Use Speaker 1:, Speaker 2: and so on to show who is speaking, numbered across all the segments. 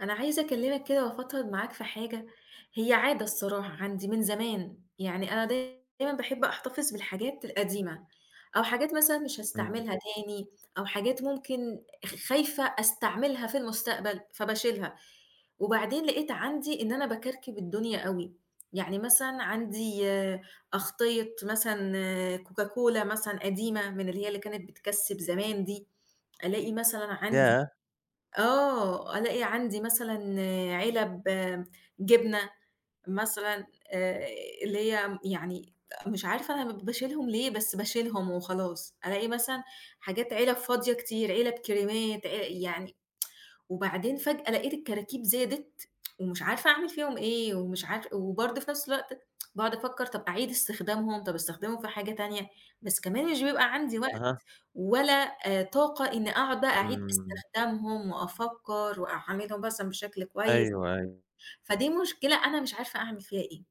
Speaker 1: أنا عايزة أكلّمك كده وأفضفض معاك في حاجة، هي عادة الصراحة عندي من زمان، يعني أنا دايمًا باحب أحتفظ بالحاجات القديمة، أو حاجات مثلًا مش
Speaker 2: إمم،
Speaker 1: هاستعملها تاني، أو حاجات ممكن خايفة أستعملها في المستقبل فباشيلها، وبعدين لقيت عندي إن أنا باكركب الدنيا أوي، يعني مثلًا عندي أغطية مثلًا كوكاكولا مثلًا قديمة من اللي هي اللي كانت بتكسّب زمان دي، ألاقي مثلًا
Speaker 2: ياه!
Speaker 1: عندي ألاقي عندي مثلًا علب جبنة مثلًا آآ، اللي هي يعني مش عارفة أنا باشيلهم ليه، بس باشيلهم وخلاص. ألاقي مثلًا حاجات علب فاضية كتير، علب كريمات، يعني وبعدين فجأة لقيت الكراكيب زادت ومش عارفة أعمل فيهم إيه، ومش عارف وبرضه في نفس الوقت باقعد أفكر طب أعيد استخدامهم، طب أستخدمهم في حاجة تانية، بس كمان مش بيبقى عندي وقت.
Speaker 2: أها،
Speaker 1: ولا طاقة إني قاعدة أعيد
Speaker 2: إمم،
Speaker 1: استخدامهم وأفكّر وأعملهم مثلًا بشكل كويس،
Speaker 2: أيوه، أيوه،
Speaker 1: فدي مشكلة أنا مش عارفة أعمل فيها إيه.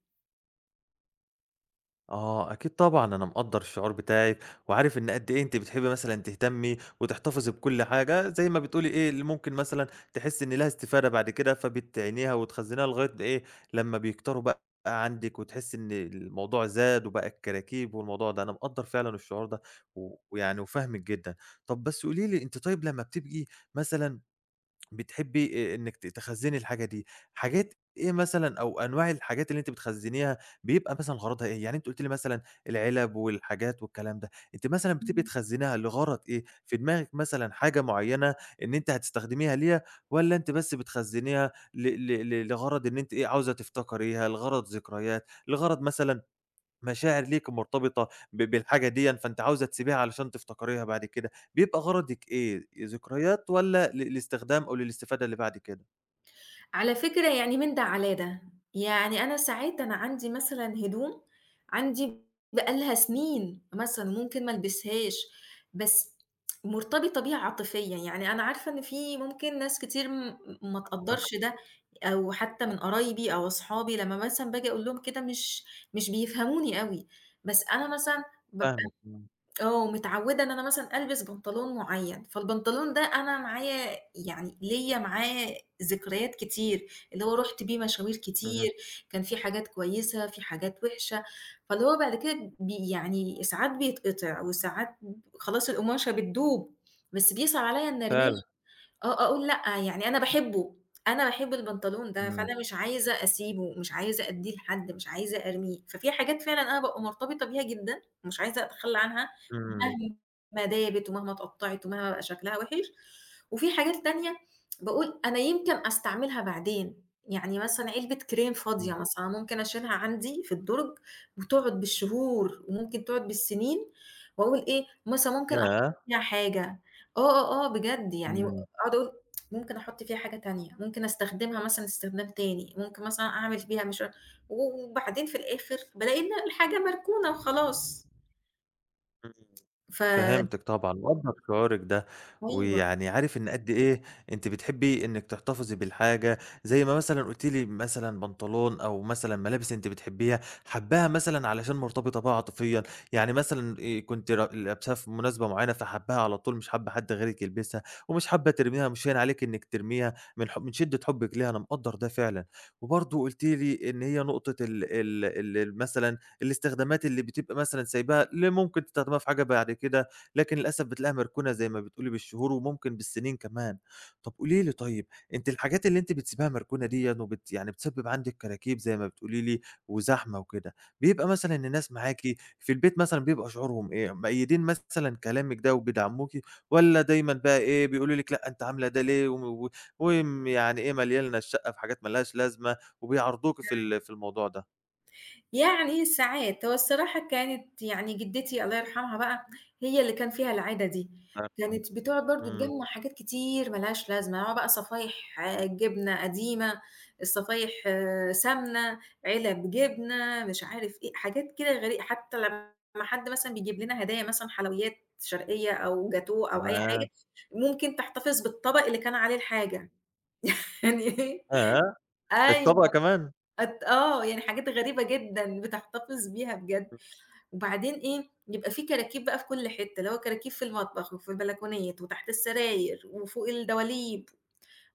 Speaker 2: آه، أكيد طبعًا أنا مقدّر الشعور بتاعِك، وعارف إن قد إيه أنتِ بتحبي مثلًا تهتمي وتحتفظي بكل حاجة، زي ما بتقولي إيه، اللي ممكن مثلًا تحسي إن ليها استفادة بعد كده، فبتعينيها وتخزنيها لغاية إيه، لمّا بيكتروا بقى عندِك، وتحسي إن الموضوع زاد وبقى الكراكيب والموضوع ده، أنا مقدّر فعلًا الشعور ده، ويعني وفاهمِك جدًا. طب بس قولي لي، أنتِ طيب لمّا بتبقي مثلًا بتحبي إنِّك تخزّني الحاجة دي، حاجات إيه مثلًا أو أنواع الحاجات اللي أنتِ بتخزّنيها بيبقى مثلًا غرضها إيه؟ يعني أنتِ قُلتِ لي مثلًا العلب والحاجات والكلام ده، أنتِ مثلًا بتبقي تخزّنيها لغرض إيه؟ في دماغِك مثلًا حاجة معيّنة إن أنتِ هتستخدميها ليها والّا أنتِ بس بتخزّنيها ل ل ل لغرض إن أنتِ إيه، عاوزة تفتكريها، لغرض ذكريات، لغرض مثلًا مشاعر ليكِ مرتبطة بالحاجة ديًا، فأنتِ عاوزة تسيبيها علشان تفتكريها بعد كده، بيبقى غرضِك إيه؟ ذكريات والّا للاستخدام أو للاستفادة اللي بعد كده؟
Speaker 1: على فكرة يعني من ده على ده، يعني أنا ساعات أنا عندي مثلًا هدوم عندي بقى لها سنين مثلًا ممكن ما البسهاش، بس مرتبطة بيها عاطفيًا، يعني أنا عارفة إن في ممكن ناس كتير ما
Speaker 2: أها،
Speaker 1: تقدّرش ده أو حتى من قرايبي أو أصحابي لمّا مثلًا باجي أقول لهم كده مش بيفهموني أوي، بس أنا مثلًا باب
Speaker 2: فاهمِك، إمم،
Speaker 1: آه، متعودة إن أنا مثلًا ألبس بنطلون معيّن، فالبنطلون ده أنا معايا يعني ليّا معاه ذكريات كتير، اللي هو رُحت بيه مشاوير
Speaker 2: اهم،
Speaker 1: كتير، كان في حاجات كويسة، في حاجات وِحشة، فاللي هو بعد كده يعني ساعات بيتقطع وساعات خلاص القماشة بتدوب، بس بيصعب عليّا إني أرميه
Speaker 2: فعلًا،
Speaker 1: أقول لأ، يعني أنا باحبه، أنا باحب البنطلون ده،
Speaker 2: إمم،
Speaker 1: فأنا مش عايزة أسيبه، مش عايزة أدّيه لحد، مش عايزة أرميه، ففي حاجات فعلًا أنا بابقى مرتبطة بيها جدًا، ومش عايزة أتخلّى عنها
Speaker 2: إمم،
Speaker 1: مهما دابت ومهما اتقطّعت ومهما بقى شكلها وِحِش، وفي حاجات تانية باقول أنا يمكن أستعملها بعدين، يعني مثلًا علبة كريم فاضية
Speaker 2: إمم،
Speaker 1: مثلًا ممكن أشيلها عندي في الدُرج وتقعد بالشهور وممكن تقعد بالسنين، وأقول إيه مثلًا ممكن أحط
Speaker 2: ياه!
Speaker 1: فيها حاجة، آه، آه، آه، بجد يعني
Speaker 2: إمم.
Speaker 1: أقعد أقول ممكن أحط فيها حاجة تانية، ممكن أستخدمها مثلًا استخدام تاني، ممكن مثلًا أعمل بيها مش عارف وبعدين في الآخر بالاقي إن الحاجة مركونة وخلاص.
Speaker 2: إمم،
Speaker 1: ف
Speaker 2: فهمتِك طبعًا، مقدّر شعورِك ده،
Speaker 1: أيوه.
Speaker 2: ويعني عارف إن قد إيه أنتِ بتحبي إنِّك تحتفظي بالحاجة، زي ما مثلًا قُلتِ لي مثلًا بنطلون أو مثلًا ملابس أنتِ بتحبيها، حاباها مثلًا علشان مرتبطة بها عاطفيًا، يعني مثلًا كنتِ لابساها في مناسبة معيّنة فحاباها على طول مش حابة حد غيرِك يلبسها، ومش حابة ترميها مش هاين عليكِ إنِّك ترميها من شدة حُبِّك ليها، أنا مقدّر ده فعلًا، وبرضه قُلتِ لي إن هي نقطة ال مثلًا الاستخدامات اللي بتبقى مثلًا سايباها ممكن تستخدمها في حاجة بعد كده، لكن للأسف بتلاقيها مركونة زي ما بتقولي بالشهور وممكن بالسنين كمان. طب قولي لي طيب، أنتِ الحاجات اللي أنتِ بتسيبيها مركونة ديًّا يعني بتسبب عندِك كراكيب زي ما بتقولي لي وزحمة وكده، بيبقى مثلًا الناس معاكِ في البيت مثلًا بيبقى شعورهم إيه؟ مؤيدين مثلًا كلامِك ده وبيدعموكِ والّا دايمًا بقى إيه، بيقولوا لِك لأ أنتِ عاملة ده ليه و وم يعني إيه مالية لنا الشقة بحاجات ما لهاش لازمة وبيعارضوكِ في الموضوع ده؟
Speaker 1: يعني ساعات، هو الصراحة كانت يعني جدتي الله يرحمها بقى هي اللي كان فيها العادة دي، كانت بتقعد برضه
Speaker 2: إمم.
Speaker 1: تجمّع حاجات كتير ما لهاش لازمة، هو بقى صفايح جبنة قديمة، الصفايح سمنة، علب جبنة، مش عارف إيه، حاجات كده غري حتى لمّا حد مثلًا بيجيب لنا هدايا مثلًا حلويات شرقية أو جاتوه أو أي حاجة،
Speaker 2: تمام،
Speaker 1: ممكن تحتفظ بالطبق اللي كان عليه الحاجة يعني إيه؟
Speaker 2: ياه!
Speaker 1: أيوه
Speaker 2: الطبق كمان!
Speaker 1: أت آه، يعني حاجات غريبة جدًا بتحتفظ بيها بجد. وبعدين إيه، يبقى في كراكيب بقى في كل حتة، اللي هو كراكيب في المطبخ وفي البلكونات وتحت السراير وفوق الدواليب،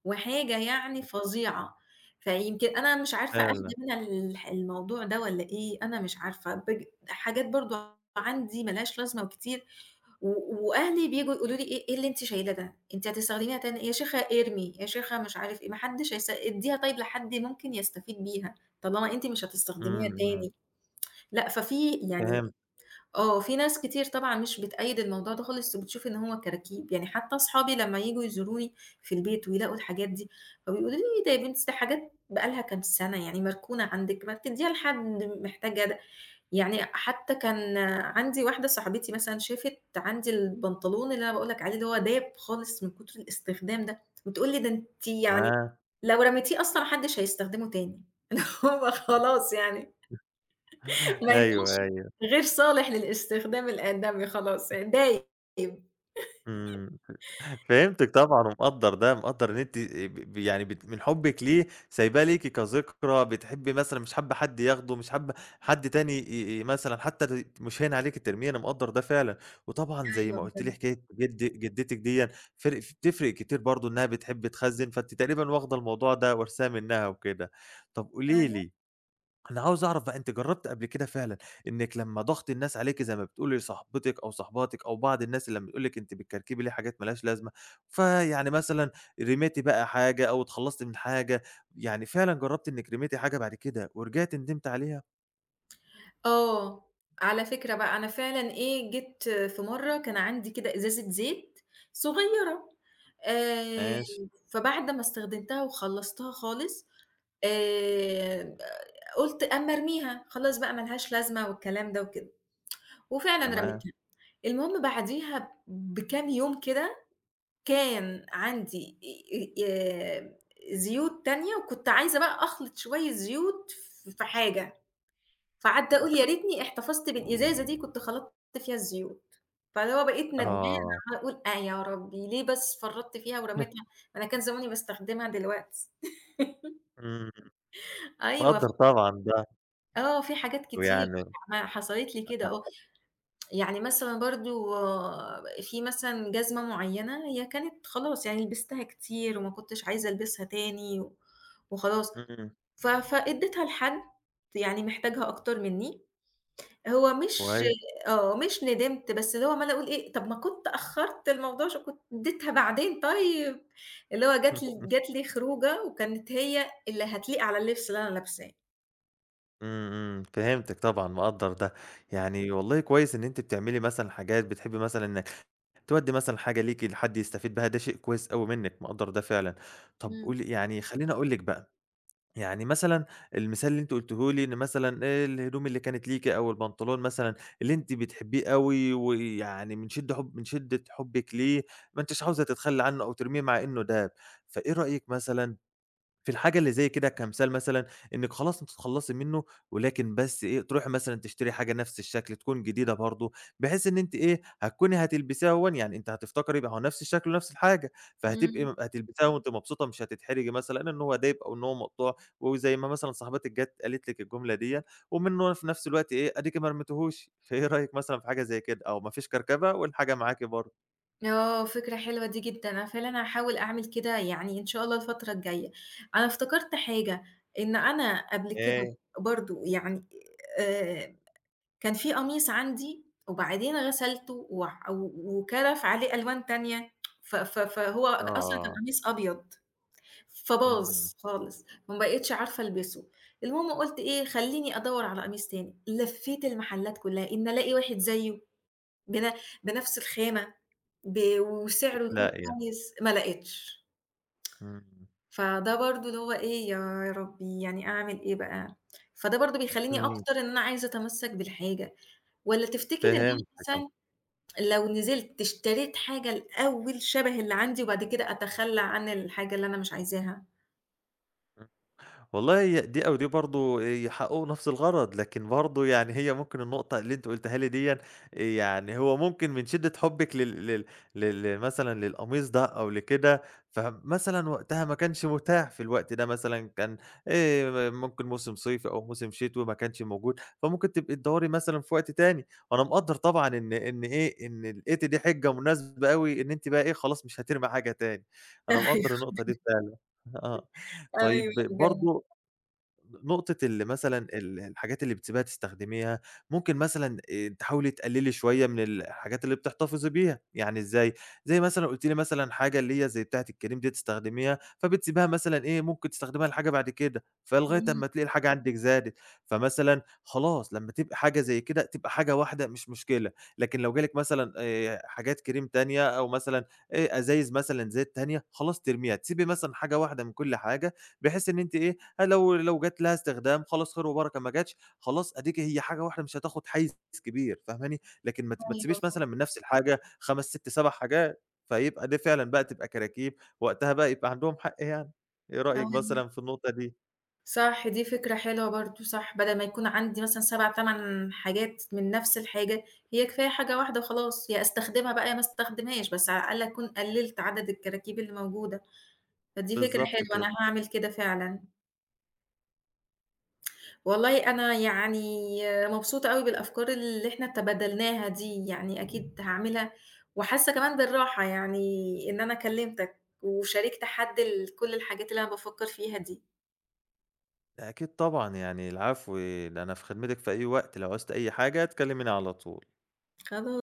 Speaker 1: وحاجة يعني فظيعة. فيمكن أنا مش عارفة
Speaker 2: فعلًا،
Speaker 1: أخدة منها الموضوع ده والّا إيه، أنا مش عارفة. حاجات برضه عندي ما لهاش لازمة وكتير، و وأهلي بييجوا يقولوا لي إيه اللي أنتِ شايلاه ده؟ أنتِ هتستخدميها تاني يا شيخة ارمي، يا شيخة مش عارف إيه، ما حدش ادّيها طيب لحد ممكن يستفيد بيها، طالما أنتِ مش
Speaker 2: إمم،
Speaker 1: هتستخدميها
Speaker 2: إمم،
Speaker 1: تاني. لأ، ففي يعني
Speaker 2: فهمت،
Speaker 1: في ناس كتير طبعًا مش بتأيّد الموضوع ده خالص، وبتشوف إن هو كراكيب، يعني حتّى أصحابي لمّا ييجوا يزوروني في البيت ويلاقوا الحاجات دي، فبيقولوا لي: إيه "ده يا بنتي ده حاجات بقى لها كام سنة، يعني مركونة عندِك، ما بتدّيها لحد محتاجة ده." يعني حتّى كان عندي واحدة صاحبتي مثلًا شافت عندي البنطلون اللي أنا باقول لك عليه، اللي هو داب خالص من كتر الاستخدام ده، بتقول لي: "ده أنتِ يعني
Speaker 2: تمام،
Speaker 1: لو رميتيه أصلًا ما حدش هيستخدمه تاني." اللي هو خلاص يعني ما
Speaker 2: أيوه،
Speaker 1: ينفعش
Speaker 2: أيوه،
Speaker 1: غير صالح للاستخدام الآدمي خلاص، دايب.
Speaker 2: إمم، فهمتِك طبعًا ومقدّر ده، مقدّر إن أنتِ يعني من حُبِّك ليه سايباه ليكِ كذكرى، بتحبي مثلًا مش حابة حد ياخده، مش حابة حد تاني ي ي مثلًا حتى مش هاين عليكِ ترميه، أنا مقدّر ده فعلًا، وطبعًا زي
Speaker 1: أيوه
Speaker 2: ما قُلتِ لي
Speaker 1: بجد،
Speaker 2: حكاية جدتِك ديًّا فرق بتفرق كتير برضه إنها بتحب تخزّن، فأنتِ تقريبًا واخدة الموضوع ده وارثاه منها وكده. طَب قولي
Speaker 1: أيوه.
Speaker 2: لي أنا عاوز أعرف بقى أنتِ جرّبتِ قبل كده فعلًا إنِّك لمّا ضغط الناس عليكِ زي ما بتقولي صاحبتِك أو صاحباتِك أو بعض الناس اللي لمّا بتقول لِك أنتِ بتكركبي ليه حاجات ما لهاش لازمة، فيعني مثلًا رميتِ بقى حاجة أو اتخلّصتِ من حاجة، يعني فعلًا جرّبتِ إنِّك رميتِ حاجة بعد كده ورجعتِ ندمتِ عليها؟
Speaker 1: آه، على فكرة بقى أنا فعلًا إيه، جيت في مرّة كان عندي كده إزازة زيت صغيّرة، آآ،
Speaker 2: ماشي،
Speaker 1: فبعد ما استخدمتها وخلّصتها خالص، آآ، قُلت أمّا أرميها، خلاص بقى ما لهاش لازمة والكلام ده وكده، وفعلًا
Speaker 2: تمام،
Speaker 1: رميتها. المهم بعديها بكام يوم كده كان عندي آآ زيوت تانية وكنت عايزة بقى أخلط شوية زيوت في حاجة، فقعدت أقول يا ريتني احتفظت بالإزازة دي كنت خلطت فيها الزيوت، فاللي هو بقيت
Speaker 2: اهم،
Speaker 1: ندمانة
Speaker 2: آه،
Speaker 1: عمّالة أقول آه يا ربي ليه بس فرّطت فيها ورميتها، ما أنا كان زماني باستخدمها دلوقتي.
Speaker 2: إمم،
Speaker 1: أيوه
Speaker 2: مقدّر طبعًا ده،
Speaker 1: آه في حاجات كتير
Speaker 2: ويعني
Speaker 1: ما حصلت لي كده، آه. يعني مثلًا برضه في مثلًا جزمة معيّنة هي كانت خلاص يعني لبستها كتير وما كنتش عايزة ألبسها تاني وخلاص،
Speaker 2: إمم،
Speaker 1: فاديتها لحد يعني محتاجها أكتر منّي، هو مش
Speaker 2: كويس،
Speaker 1: آه، مش ندمت بس اللي هو عمّالة أقول إيه، طب ما كنت أخّرت الموضوع عشان كنت اديتها بعدين طيب، اللي هو جات لي خروجة وكانت هي اللي هتليق على اللبس اللي أنا لابساه.
Speaker 2: إمم، إمم، فهمتِك طبعًا، مقدّر ده، يعني والله كويس إن أنتِ بتعملي مثلًا حاجات بتحبي مثلًا تودّي مثلًا حاجة ليكِ لحد يستفيد بها، ده شيء كويس أوي منِّك، مقدّر ده فعلًا. طَب
Speaker 1: إمم،
Speaker 2: قولي يعني خلّيني أقول لِك بقى، يعني مثلًا المثال اللي أنتِ قُلتيه لي إن مثلًا الهدوم اللي كانت ليكِ أو البنطلون مثلًا اللي أنتِ بتحبّيه أوي ويعني من شِدّة حُبِّك ليه ما أنتيش عاوزة تتخلّي عنّه أو ترميه مع إنه داب، فإيه رأيِك مثلًا في الحاجة اللي زي كده كمثال مثلًا إنِّك خلاص أنتِ تخلّصي منه، ولكن بس إيه، تروحي مثلًا تشتري حاجة نفس الشكل تكون جديدة برضه، بحيث إن أنتِ إيه، هتكوني هتلبسيها أهوًا، يعني أنتِ هتفتكري ما هو نفس الشكل ونفس الحاجة، فهتبقي
Speaker 1: إمم.
Speaker 2: م هتلبسيها وأنتِ مبسوطة مش هتتحرجي مثلًا إن هو دايب أو إن هو مقطوع، وزي ما مثلًا صاحبتِك جات قالت لِك الجملة ديّة، ومنه في نفس الوقت إيه، أديكِ ما رميتيهوش، فإيه رأيِك مثلًا في حاجة زي كده؟ أو ما فيش كركبة والحاجة معاكِ برضه.
Speaker 1: آه، فكرة حلوة دي جدًا، أنا فعلًا هاحاول أعمل كده يعني إن شاء الله الفترة الجاية. أنا افتكرت حاجة، إن أنا قبل كده
Speaker 2: إيه
Speaker 1: برضه يعني آآ، كان في قميص عندي وبعدين غسلته وكَرَف عليه ألوان تانية ف ف فهو أصلًا كان
Speaker 2: آه،
Speaker 1: قميص أبيض، فباظ
Speaker 2: إمم،
Speaker 1: خالص، ما بقيتش عارفة ألبسه. المهم قُلت إيه، خلّيني أدوّر على قميص تاني، لفيت المحلات كلها إن ألاقي واحد زيه. بن بنفس الخامة،
Speaker 2: مش
Speaker 1: وسعره يكون
Speaker 2: لاقية،
Speaker 1: كويس، ما لقيتش.
Speaker 2: إمم.
Speaker 1: فده برضه اللي هو إيه، يا ربي يعني أعمل إيه بقى؟ فده برضه بيخلّيني
Speaker 2: إمم.
Speaker 1: أكتر إن أنا عايزة أتمسّك بالحاجة، والّا تفتكر إن أنا
Speaker 2: فهمتِك آه.
Speaker 1: مثلًا لو نزلت اشتريت حاجة الأول شبه اللي عندي وبعد كده أتخلّى عن الحاجة اللي أنا مش عايزاها؟
Speaker 2: إمم. والله هي دي أو دي برضه يحققوا نفس الغرض، لكن برضه يعني هي ممكن النقطة اللي أنتِ قُلتيها لي ديًّا يعني هو ممكن من شدة حُبِّك لل لل لل لمثلًا للقميص ده أو لكده، فمثلًا وقتها ما كانش متاح في الوقت ده مثلًا كان ممكن موسم صيفي أو موسم شتوي ما كانش موجود، فممكن تبقي تدوّري مثلًا في وقت تاني، وأنا مقدّر طبعًا إن إيه، إن لقيتِ دي حِجة مناسبة أوي إن أنتِ بقى إيه، خلاص مش هترمي حاجة تاني، أنا مقدّر النقطة دي فعلًا. آه،
Speaker 1: أيوه، أيوه
Speaker 2: طيب
Speaker 1: بجد.
Speaker 2: برضه نقطة اللي مثلًا الحاجات اللي بتسيبيها تستخدميها، ممكن مثلًا تحاولي تقللي شوية من الحاجات اللي بتحتفظي بيها، يعني إزاي؟ زي مثلًا قُلتِ لي مثلًا حاجة اللي هي زي بتاعة الكريم ديّة تستخدميها، فبتسيبيها مثلًا إيه، ممكن تستخدميها لحاجة بعد كده، فلغاية
Speaker 1: إمم،
Speaker 2: أمّا تلاقي الحاجة عندِك زادت، فمثلًا خلاص لمّا تبقى حاجة زي كده تبقى حاجة واحدة مش مشكلة، لكن لو جالِك مثلًا حاجات كريم تانية أو مثلًا أزايز مثلًا زيت تانية، خلاص ترميها، تسيبي مثلًا حاجة واحدة من كل حاجة، بحيث إن أنتِ إيه، ه لو لو جات لها استخدام خلاص خير وبركة، ما جاتش خلاص أديكِ هي حاجة واحدة مش هتاخد حيّز كبير فاهماني، لكن ما
Speaker 1: أيوه،
Speaker 2: تسيبيش مثلًا
Speaker 1: فعلًا،
Speaker 2: من نفس الحاجة 5، 6، 7 حاجات، فيبقى ده فعلًا بقى تبقى كراكيب، وقتها بقى يبقى عندهم حق يعني. إيه رأيِك
Speaker 1: أيوه.
Speaker 2: مثلًا في النقطة دي؟
Speaker 1: صح، دي فكرة حلوة برضه، صح، بدل ما يكون عندي مثلًا 7، 8 حاجات من نفس الحاجة، هي كفاية حاجة واحدة وخلاص، يا أستخدمها بقى يا ما أستخدمهاش، بس على الأقل أكون قللت عدد الكراكيب اللي موجودة، فدي فكرة
Speaker 2: بالضبط
Speaker 1: حلوة
Speaker 2: كده.
Speaker 1: أنا هاعمل كده فعلًا. والله أنا يعني مبسوطة أوي بالأفكار اللي إحنا تبادلناها دي، يعني أكيد هاعملها وحاسة كمان بالراحة يعني إن أنا كلمتك وشاركت حد كل الحاجات اللي أنا بافكر فيها دي.
Speaker 2: أكيد طبعًا، يعني العفو، ده أنا في خدمتِك في أي وقت، لو عوزتِ أي حاجة تكلميني على طول.
Speaker 1: خلا